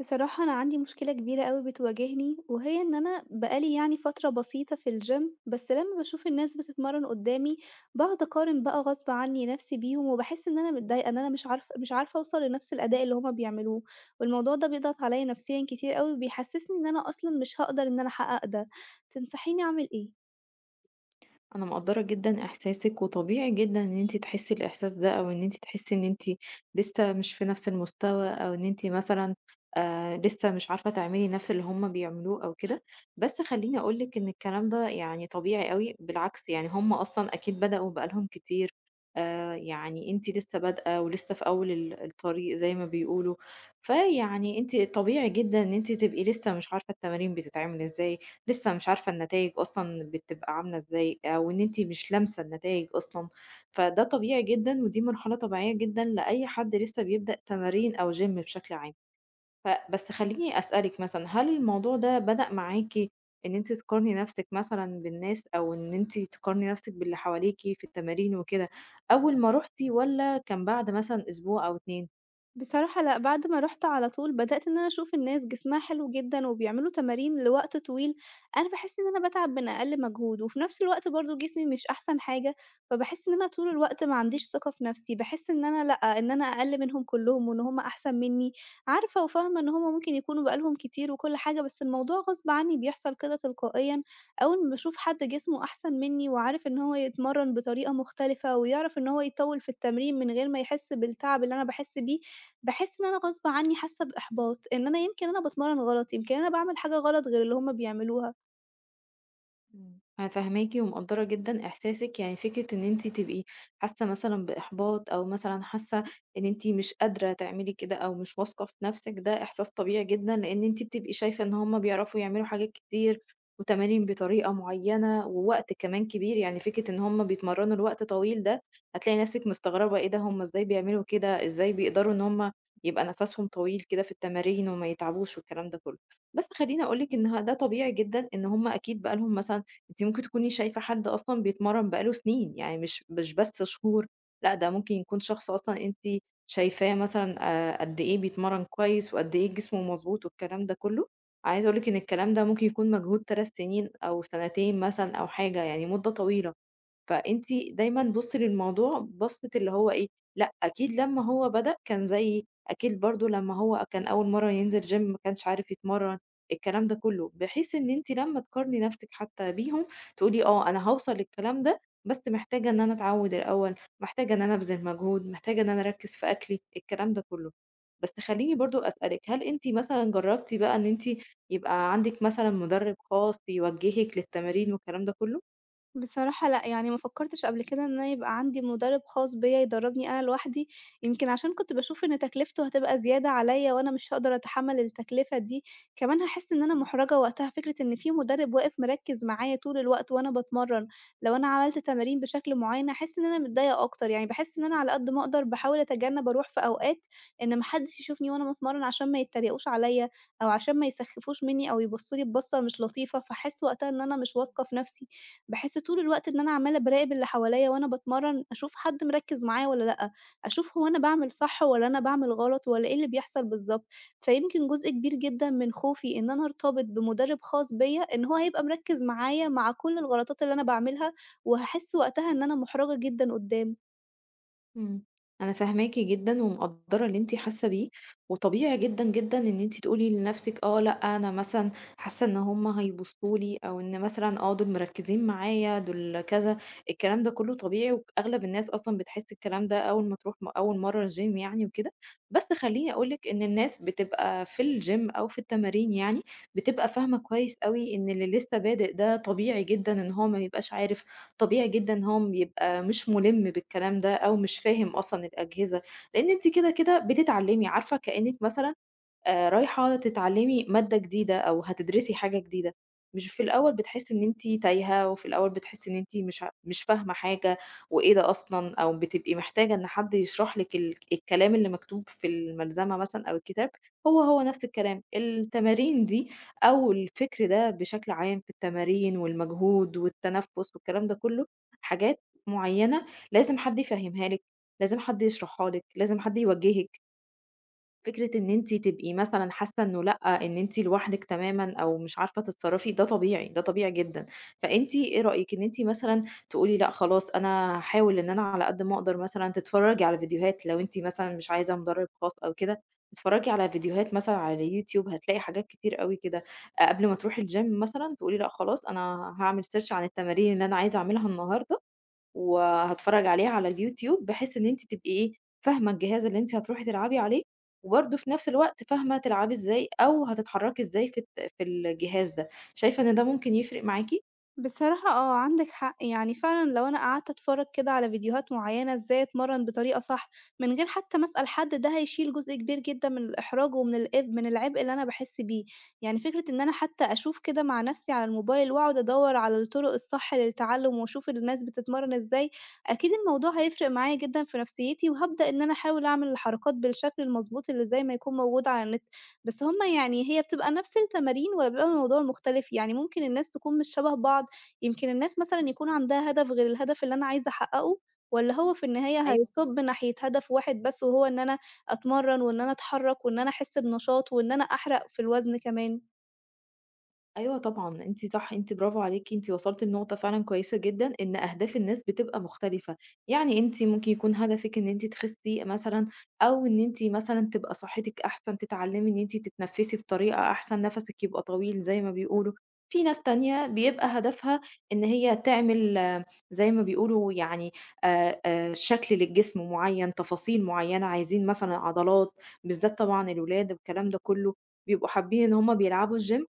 بصراحة أنا عندي مشكلة كبيرة أوي بتواجهني، وهي إن أنا بقى لي يعني فترة بسيطة في الجيم، بس لمّا باشوف الناس بتتمرن قدامي باقعد أقارن بقى غصب عني نفسي بيهم، وباحس إن أنا متضايقة إن أنا مش عارفة أوصل لنفس الأداء اللي هُم بيعملوه، والموضوع ده بيضغط عليَّ نفسيًا كتير أوي، وبيحسسني إن أنا أصلًا مش هاقدر إن أنا أحقق ده. تنصحيني أعمل إيه؟ أنا مقدّرة جدًا إحساسِك، وطبيعي جدًا إن أنتِ تحسّي الإحساس ده، أو إن أنتِ تحسّي إن أنتِ لسه مش في نفس المستوى، أو إن أنتِ مثلًا لسه مش عارفة تعملي نفس اللي هُم بيعملوه أو كده، بس خلّيني أقول لِك إن الكلام ده يعني طبيعي أوي، بالعكس يعني هُم أصلًا أكيد بدأوا بقى لهم كتير، يعني أنتِ لسه بادئة ولسه في أول الطريق زي ما بيقولوا، فيعني أنتِ طبيعي جدًا إن أنتِ تبقي لسه مش عارفة التمارين بتتعمل إزاي، لسه مش عارفة النتايج أصلًا بتبقى عاملة إزاي، أو إن أنتِ مش لامسة النتايج أصلًا، فده طبيعي جدًا ودي مرحلة طبيعية جدًا لأي حد لسه بيبدأ تمارين أو gym بشكل عام. فبس خلّيني أسألِك مثلًا، هل الموضوع ده بدأ معاكِ إن أنتِ تقارني نفسِك مثلًا بالناس، أو إن أنتِ تقارني نفسِك باللي حواليكِ في التمارين وكده أول ما رُحتِ، والّا كان بعد مثلًا أسبوع أو 2؟ بصراحة لأ، بعد ما رُحت على طول بدأت إن أنا أشوف الناس جسمها حلو جدًا وبيعملوا تمارين لوقت طويل، أنا باحس إن أنا باتعب من أقل مجهود، وفي نفس الوقت برضه جسمي مش أحسن حاجة، فباحس إن أنا طول الوقت ما عنديش ثقة في نفسي، باحس إن أنا لأ، إن أنا أقل منهم كلّهم وإن هُم أحسن منّي، عارفة وفاهمة إن هُم ممكن يكونوا بقى لهم كتير وكل حاجة، بس الموضوع غصب عني بيحصل كده تلقائيًا، أول ما باشوف حد جسمه أحسن منّي وعارف إن هو يتمرّن بطريقة مختلفة ويعرف إن هو يطوّل في التمرين من غير ما يحس بالتعب اللي أنا باحس بيه، باحس إن أنا غصب عني حاسة بإحباط، إن أنا يمكن أنا باتمرّن غلط، يمكن أنا باعمل حاجة غلط غير اللي هُم بيعملوها. إمم. أنا فاهماكِ ومقدّرة جدًا إحساسِك، يعني فكرة إن أنتِ تبقي حاسة مثلًا بإحباط أو مثلًا حاسة إن أنتِ مش قادرة تعملي كده أو مش واثقة في نفسِك، ده إحساس طبيعي جدًا، لإن أنتِ بتبقي شايفة إن هُم بيعرفوا يعملوا حاجات كتير وتمارين بطريقة معيّنة ووقت كمان كبير، يعني فكرة إن هُم بيتمرّنوا لوقت طويل ده هتلاقي نفسِك مستغربة إيه ده هُم إزاي بيعملوا كده، إزاي بيقدروا إن هُم يبقى نَفَسهم طويل كده في التمارين وما يتعبوش والكلام ده كُلّه. بس خلّيني أقول لِك إن ده طبيعي جدًا إن هُم أكيد بقى لهم مثلًا أنتِ ممكن تكوني شايفة حد أصلًا بيتمرّن بقى له سنين، يعني مش بس شهور، لأ ده ممكن يكون شخص أصلًا أنتِ شايفاه مثلًا قد إيه بيتمرّن كويس وقد إيه جسمه مضبوط والكلام ده كلّه، عايزة أقول لِك إن الكلام ده ممكن يكون مجهود 3 سنين أو سنتين مثلًا أو حاجة، يعني مدة طويلة. فأنتِ دايمًا بُصّي للموضوع بصّة اللي هو إيه، لأ أكيد لمّا هو بدأ كان زيي، أكيد برضه لمّا هو كان أول مرّة ينزل gym ما كانش عارف يتمرّن، الكلام ده كلّه، بحيث إن أنتِ لمّا تقارني نَفْسِك حتى بيهم تقولي آه، أنا هاوصل للكلام ده، بس محتاجة إن أنا أتعوّد الأول، محتاجة إن أنا أبذل مجهود، محتاجة إن أنا أركّز في أكلي، الكلام ده كلّه. بس خلّيني برضه أسألِك، هل أنتِ مثلًا جرّبتِ بقى إن أنتِ يبقى عندِك مثلًا مُدرِّب خاص يوجّهِك للتمارين والكلام ده كلّه؟ بصراحة لأ، يعني ما فكّرتش قبل كده إن أنا يبقى عندي مُدرِّب خاص بيّا يدرّبني أنا لوحدي، يمكن عشان كنت باشوف إن تكلفته هتبقى زيادة عليّا وأنا مش هاقدر أتحمّل التكلفة دي، كمان هاحس إن أنا مُحرَجة وقتها، فكرة إن في مُدرِّب واقف مركِّز معايا طول الوقت وأنا باتمرّن، لو أنا عملت تمارين بشكل معيّن هاحس إن أنا متضايقة أكتر، يعني باحس إن أنا على قد ما أقدر باحاول أتجنّب أروح في أوقات إن ما حدّش يشوفني وأنا باتمرّن عشان ما يتّريقوش عليّا أو عشان ما يسخّفوش منّي أو يبصّوا لي ببَصّة مش لطيفة، فاحس وقتها إن أنا مش واثقة في نَفْسي. باحس طول الوقت إن أنا عمّالة باراقب اللي حواليّا وأنا باتمرّن، أشوف حد مركّز معايا والّا لأ، أشوف هو أنا باعمل صح والّا أنا باعمل غلط والّا إيه اللي بيحصل بالضبط. فيمكن جزء كبير جدًا من خوفي إن أنا أرتبط بمُدرب خاص بيّا، إن هو هيبقى مركّز معايا مع كل الغلطات اللي أنا باعملها، وهاحس وقتها إن أنا مُحرجة جدًا قدّامه. إمم. أنا فاهماكِ جدًا ومقدّرة اللي أنتِ حاسة بيه، وطبيعي جدًا، جدًا إن أنتِ تقولي لنفسِك آه، لأ، أنا مثلًا حاسة إن هُم هيبصّوا لي أو إن مثلًا آه، دول مركّزين معايا، دول كذا، الكلام ده كُلّه طبيعي وأغلب الناس أصلًا بتحس الكلام ده أول ما تروح أول مرّة الgym يعني وكده، بس خلّيني أقول لِك إن الناس بتبقى في الgym أو في التمارين يعني، بتبقى فاهمة كويس أوي إن اللي لسه بادئ ده طبيعي جدًا إن هو ما يبقاش عارف طبيعي جدًا إن هو يبقى مش مُلِم بالكلام ده أو مش فاهم أصلًا الأجهزة، لإن أنتِ كده بتتعلّمي، عارفة كإنِّك مثلًا رايحة تتعلّمي مادة جديدة أو هتدرسي حاجة جديدة، مش في الأول بتحسّي إن أنتِ تايهة، وفي الأول بتحسّي إن أنتِ مش مش فاهمة حاجة وإيه ده أصلًا، أو بتبقي محتاجة إن حد يشرح لِك الكلام اللي مكتوب في الملزمة مثلًا أو الكتاب، هو نفْس الكلام. التمارين دي أو الفكر ده بشكل عام في التمارين والمجهود والتنفُّس والكلام ده كلّه، حاجات معيّنة لازم حد يفهّمها لِك، لازم حد يشرحها لِك، لازم حد يوجّهِك. فكرة إن أنتِ تبقي مثلًا حاسة إنه لأ، إن أنتِ لوحدِك تمامًا أو مش عارفة تتصرّفي، ده طبيعي، ده طبيعي جدًا. فأنتِ إيه رأيِك إن أنتِ مثلًا تقولي لأ خلاص أنا هاحاول إن أنا على قد ما أقدر مثلًا تتفرّجي على فيديوهات لو أنتِ مثلًا مش عايزة مُدرّب خاص أو كده، تتفرّجي على فيديوهات مثلًا على اليوتيوب هتلاقي حاجات كتير أوي كده، أ قبل ما تروحي الgym مثلًا تقولي لأ خلاص أنا هاعمل search عن التمارين اللي أنا عايزة أعملها النهارده وهاتفرّج عليها على اليوتيوب، بحيث إن أنتِ تبقي إيه، فاهمة الجهاز اللي أنتِ هتروحي تلعبي عليه، وبرضه في نفس الوقت فاهمة تلعبي إزاي أو هتتحرّكي إزاي في الت في الجهاز ده، شايفة إن ده ممكن يفرق معاكِ؟ بصراحة آه، عندِك حق، يعني فعلًا لو أنا قعدت أتفرّج كده على فيديوهات معيّنة إزاي أتمرّن بطريقة صح، من غير حتى ما أسأل حد ده هيشيل جزء كبير جدًا من الإحراج ومن الإب من العبء اللي أنا باحس بيه، يعني فكرة إن أنا حتى أشوف كده مع نَفْسي على الموبايل وأقعد أدوّر على الطرق الصح للتعلُّم وأشوف الناس بتتمرّن إزاي، أكيد الموضوع هيفرق معايا جدًا في نفسيّتي وهابدأ إن أنا أحاول أعمل الحركات بالشكل المضبوط اللي زي ما يكون موجود على النت، بس هم يعني هي بتبقى نَفْس التمارين والّا بيبقى الموضوع مختلف؟ يعني ممكن الناس تكون مش شَبه بعض؟ يمكن الناس مثلًا يكون عندها هدف غير الهدف اللي أنا عايزة أحققه، والّا هو في النهاية هيصُب ناحية هدف واحد بس وهو إن أنا أتمرّن وإن أنا أتحرّك وإن أنا أحس بنشاط وإن أنا أحرق في الوزن كمان؟ أيوه طبعًا، أنتِ صح، أنتِ برافو عليكِ، أنتِ وصلتِ لنقطة فعلًا كويسة جدًا، إن أهداف الناس بتبقى مختلفة، يعني أنتِ ممكن يكون هدفِك إن أنتِ تخسّي مثلًا، أو إن أنتِ مثلًا تبقى صحتِك أحسن، تتعلمي إن أنتِ تتنفسي بطريقة أحسن، نفسِك يبقى طويل زي ما بيقولوا، في ناس تانية بيبقى هدفها إن هي تعمل آه، زي ما بيقولوا يعني شكل للجسم معين، تفاصيل معينة، عايزين مثلًا عضلات، بالذات طبعًا الولاد والكلام ده كله، بيبقوا حابين إن هُم بيلعبوا الgym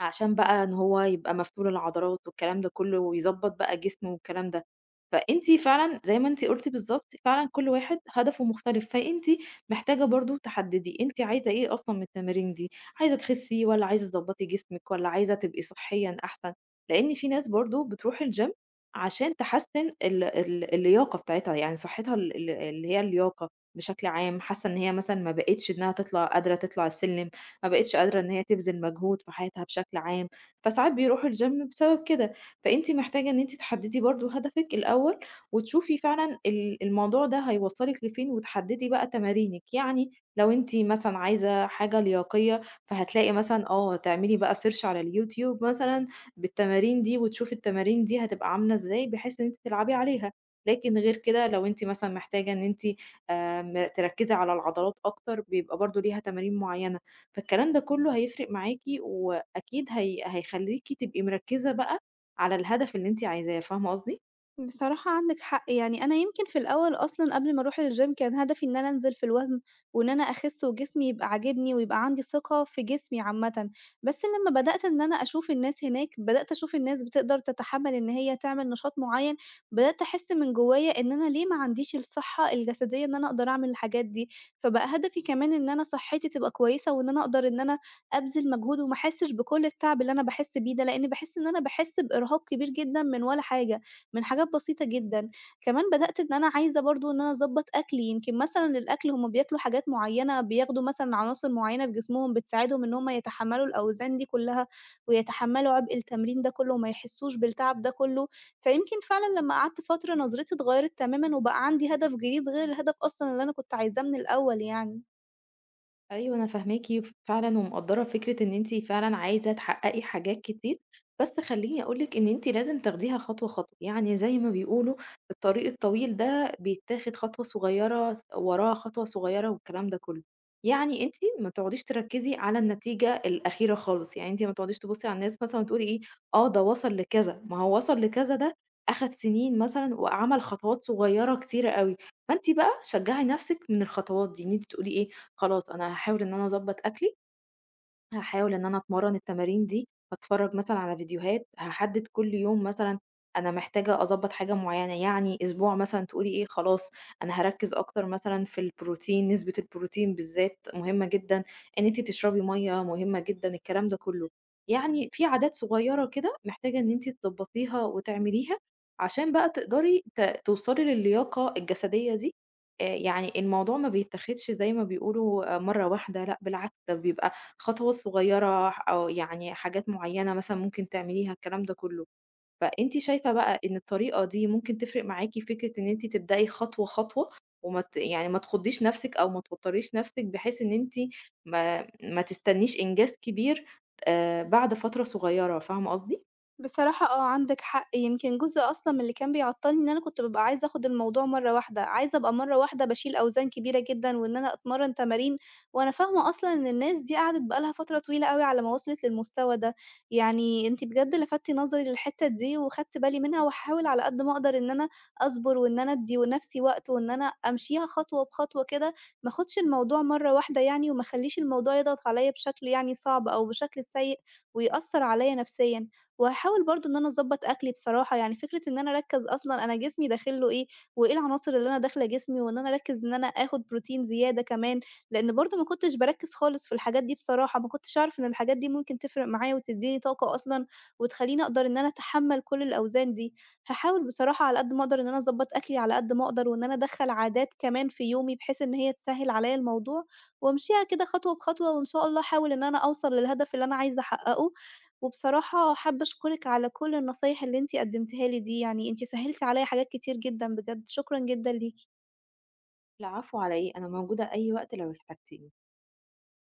عشان بقى إن هو يبقى مفتول العضلات والكلام ده كله، ويضبّط بقى جسمه والكلام ده. فأنتِ فعلًا زي ما أنتِ قُلتِ بالضبط، فعلًا كل واحد هدفه مختلف، فأنتِ محتاجة برضه تحدّدي أنتِ عايزة إيه أصلًا من التمارين دي، عايزة تخسّي والّا عايزة تضبّطي جسمِك والّا عايزة تبقي صحيًا أحسن؟ لإن في ناس برضه بتروح الgym عشان تحسّن ال ال اللياقة بتاعتها، يعني صحّتها ال ال اللي هي اللياقة بشكل عام، حاسة إن هي مثلًا ما بقِتش إنها تطلع قادرة تطلع السلم، ما بقِتش قادرة إن هي تبذِل مجهود في حياتها بشكل عام، فساعات بيروحوا الgym بسبب كده، فأنتِ محتاجة إن أنتِ تحدّدي برضه هدفِك الأول، وتشوفي فعلًا الموضوع ده هيوصّلِك لفين، وتحدّدي بقى تمارينِك، يعني لو أنتِ مثلًا عايزة حاجة لياقية، فهتلاقي مثلًا آه، تعملي بقى search على اليوتيوب مثلًا بالتمارين دي، وتشوفي التمارين دي هتبقى عاملة إزاي، بحيث إن أنتِ تلعبي عليها، لكن غير كده لو أنتِ مثلًا محتاجة إن أنتِ تركّزي على العضلات أكتر، بيبقى برضه ليها تمارين معيّنة. فالكلام ده كله هيفرق معاكِ وأكيد هي هيخلّيكِ تبقي مركّزة بقى على الهدف اللي أنتِ عايزاه، فاهمة قصدي؟ بصراحة عندِك حق، يعني أنا يمكن في الأول أصلًا قبل ما أروح الgym كان هدفي إن أنا أنزل في الوزن، وإن أنا أخس وجسمي يبقى عاجبني ويبقى عندي ثقة في جسمي عامةً، بس لمّا بدأت إن أنا أشوف الناس هناك، بدأت أشوف الناس بتقدر تتحمل إن هي تعمل نشاط معين، بدأت أحس من جوايا إن أنا ليه ما عنديش الصحة الجسدية إن أنا أقدر أعمل الحاجات دي، فبقى هدفي كمان إن أنا صحتي تبقى كويسة، وإن أنا أقدر إن أنا أبذل مجهود وما أحسش بكل التعب اللي أنا باحس بيه ده، لإن باحس إن أنا باحس بإرهاق كبير جدًا من ولا حاجة. من حاجات بسيطة جدًا. كمان بدأت إن أنا عايزة برضه إن أنا أضبّط أكلي، يمكن مثلًا الأكل هُم بياكلوا حاجات معيّنة، بياخدوا مثلًا عناصر معيّنة في جسمهم بتساعدهم إن هُم يتحمّلوا الأوزان دي كلّها، ويتحمّلوا عبء التمرين ده كلّه وما يحسّوش بالتعب ده كلّه. فيمكن فعلًا لمّا قعدت فترة نظرتي اتغيّرت تمامًا، وبقى عندي هدف جديد غير الهدف أصلًا اللي أنا كنت عايزاه من الأول يعني. أيوه أنا فاهماكِ فعلًا ومقدّرة فكرة إن أنتِ فعلًا عايزة تحققي حاجات كتير، بس خلّيني أقول لِك إن أنتِ لازم تاخديها خطوة، خطوة، يعني زي ما بيقولوا الطريق الطويل ده بيتاخد خطوة صغيّرة وراها خطوة صغيّرة والكلام ده كلّه، يعني أنتِ ما تقعديش تركّزي على النتيجة الأخيرة خالص، يعني أنتِ ما تقعديش تبُصّي على الناس مثلًا وتقولي إيه، آه ده وصل لكذا، ما هو وصل لكذا ده أخد سنين مثلًا وعمل خطوات صغيّرة كتيرة أوي، فأنتِ بقى شجّعي نَفْسِك من الخطوات دي، إن أنتِ تقولي إيه، خلاص أنا هاحاول إن أنا أضبّط أكلي، هاحاول إن أنا أتمرّن التمارين دي، هاتفرّج مثلًا على فيديوهات، هاحدد كل يوم مثلًا أنا محتاجة أضبّط حاجة معيّنة، يعني أسبوع مثلًا تقولي إيه خلاص أنا هاركّز أكتر مثلًا في البروتين، نسبة البروتين بالذات مهمة جدًا، إن أنتِ تشربي مَيّة مهمة جدًا، الكلام ده كلّه. يعني في عادات صغيّرة كده محتاجة إن أنتِ تضبّطيها وتعمليها، عشان بقى تقدري توصلي للياقة الجسدية دي، يعني الموضوع ما بيتاخدش زي ما بيقولوا مرّة واحدة، لأ بالعكس ده بيبقى خطوات صغيرة أو يعني حاجات معينة مثلًا ممكن تعمليها الكلام ده كله، فأنتِ شايفة بقى إن الطريقة دي ممكن تفرق معاكِ فكرة إن أنتِ تبدئي خطوة، خطوة وما يعني ما تخضيش نفسِك أو ما توتريش نفسِك بحيث إن أنتِ ما تستنيش إنجاز كبير بعد فترة صغيرة، فاهمة قصدي؟ بصراحة آه، عندك حق، يمكن جزء أصلًا من اللي كان بيعطّلني إن أنا كنت بابقى عايزة آخُد الموضوع مرّة واحدة، عايزة أبقى مرّة واحدة باشيل أوزان كبيرة جدًا وإن أنا أتمرّن تمارين وأنا فاهمة أصلًا إن الناس دي قعدت بقى لها فترة طويلة أوي على ما وصلت للمستوى ده، يعني أنتِ بجد لفتِ نظري للحتّة دي وخدت بالي منها وهاحاول على قد ما أقدر إن أنا أصبر وإن أنا أدّي لنَفْسي وقت وإن أنا أمشيها خطوة بخطوة كده، ما آخُدش الموضوع مرّة واحدة يعني وما أخلّيش الموضوع يضغط عليّا بشكل يعني صعب أو بشكل سيء ويأثّر عليّا نفسيًا. وهاحاول برضه إن أنا أضبّط أكلي بصراحة، يعني فكرة إن أنا أركّز أصلًا أنا جسمي داخل له إيه، وإيه العناصر اللي أنا داخلة جسمي، وإن أنا أركّز إن أنا آخُد بروتين زيادة كمان، لإن برضه ما كنتش باركّز خالص في الحاجات دي بصراحة، ما كنتش أعرف إن الحاجات دي ممكن تفرق معايا وتدّيني طاقة أصلًا، وتخلّيني أقدر إن أنا أتحمّل كل الأوزان دي. هاحاول بصراحة على قد ما أقدر إن أنا أضبّط أكلي على قد ما أقدر، وإن أنا أدخّل عادات كمان في يومي بحيث إن هي تسهّل عليّا الموضوع، وأمشيها كده خطوة بخطوة، وإن شاء الله أحاول إن أنا أوصل للهدف اللي أنا عايزة أحققه، وبصراحة حابة أشكرِك على كل النصايح اللي أنتِ قدّمتيها لي دي، يعني أنتِ سهّلتِ عليّا حاجات كتير جدًا بجد، شكرًا جدًا ليكِ. العفو على إيه، أنا موجودة أي وقت لو احتجتيني.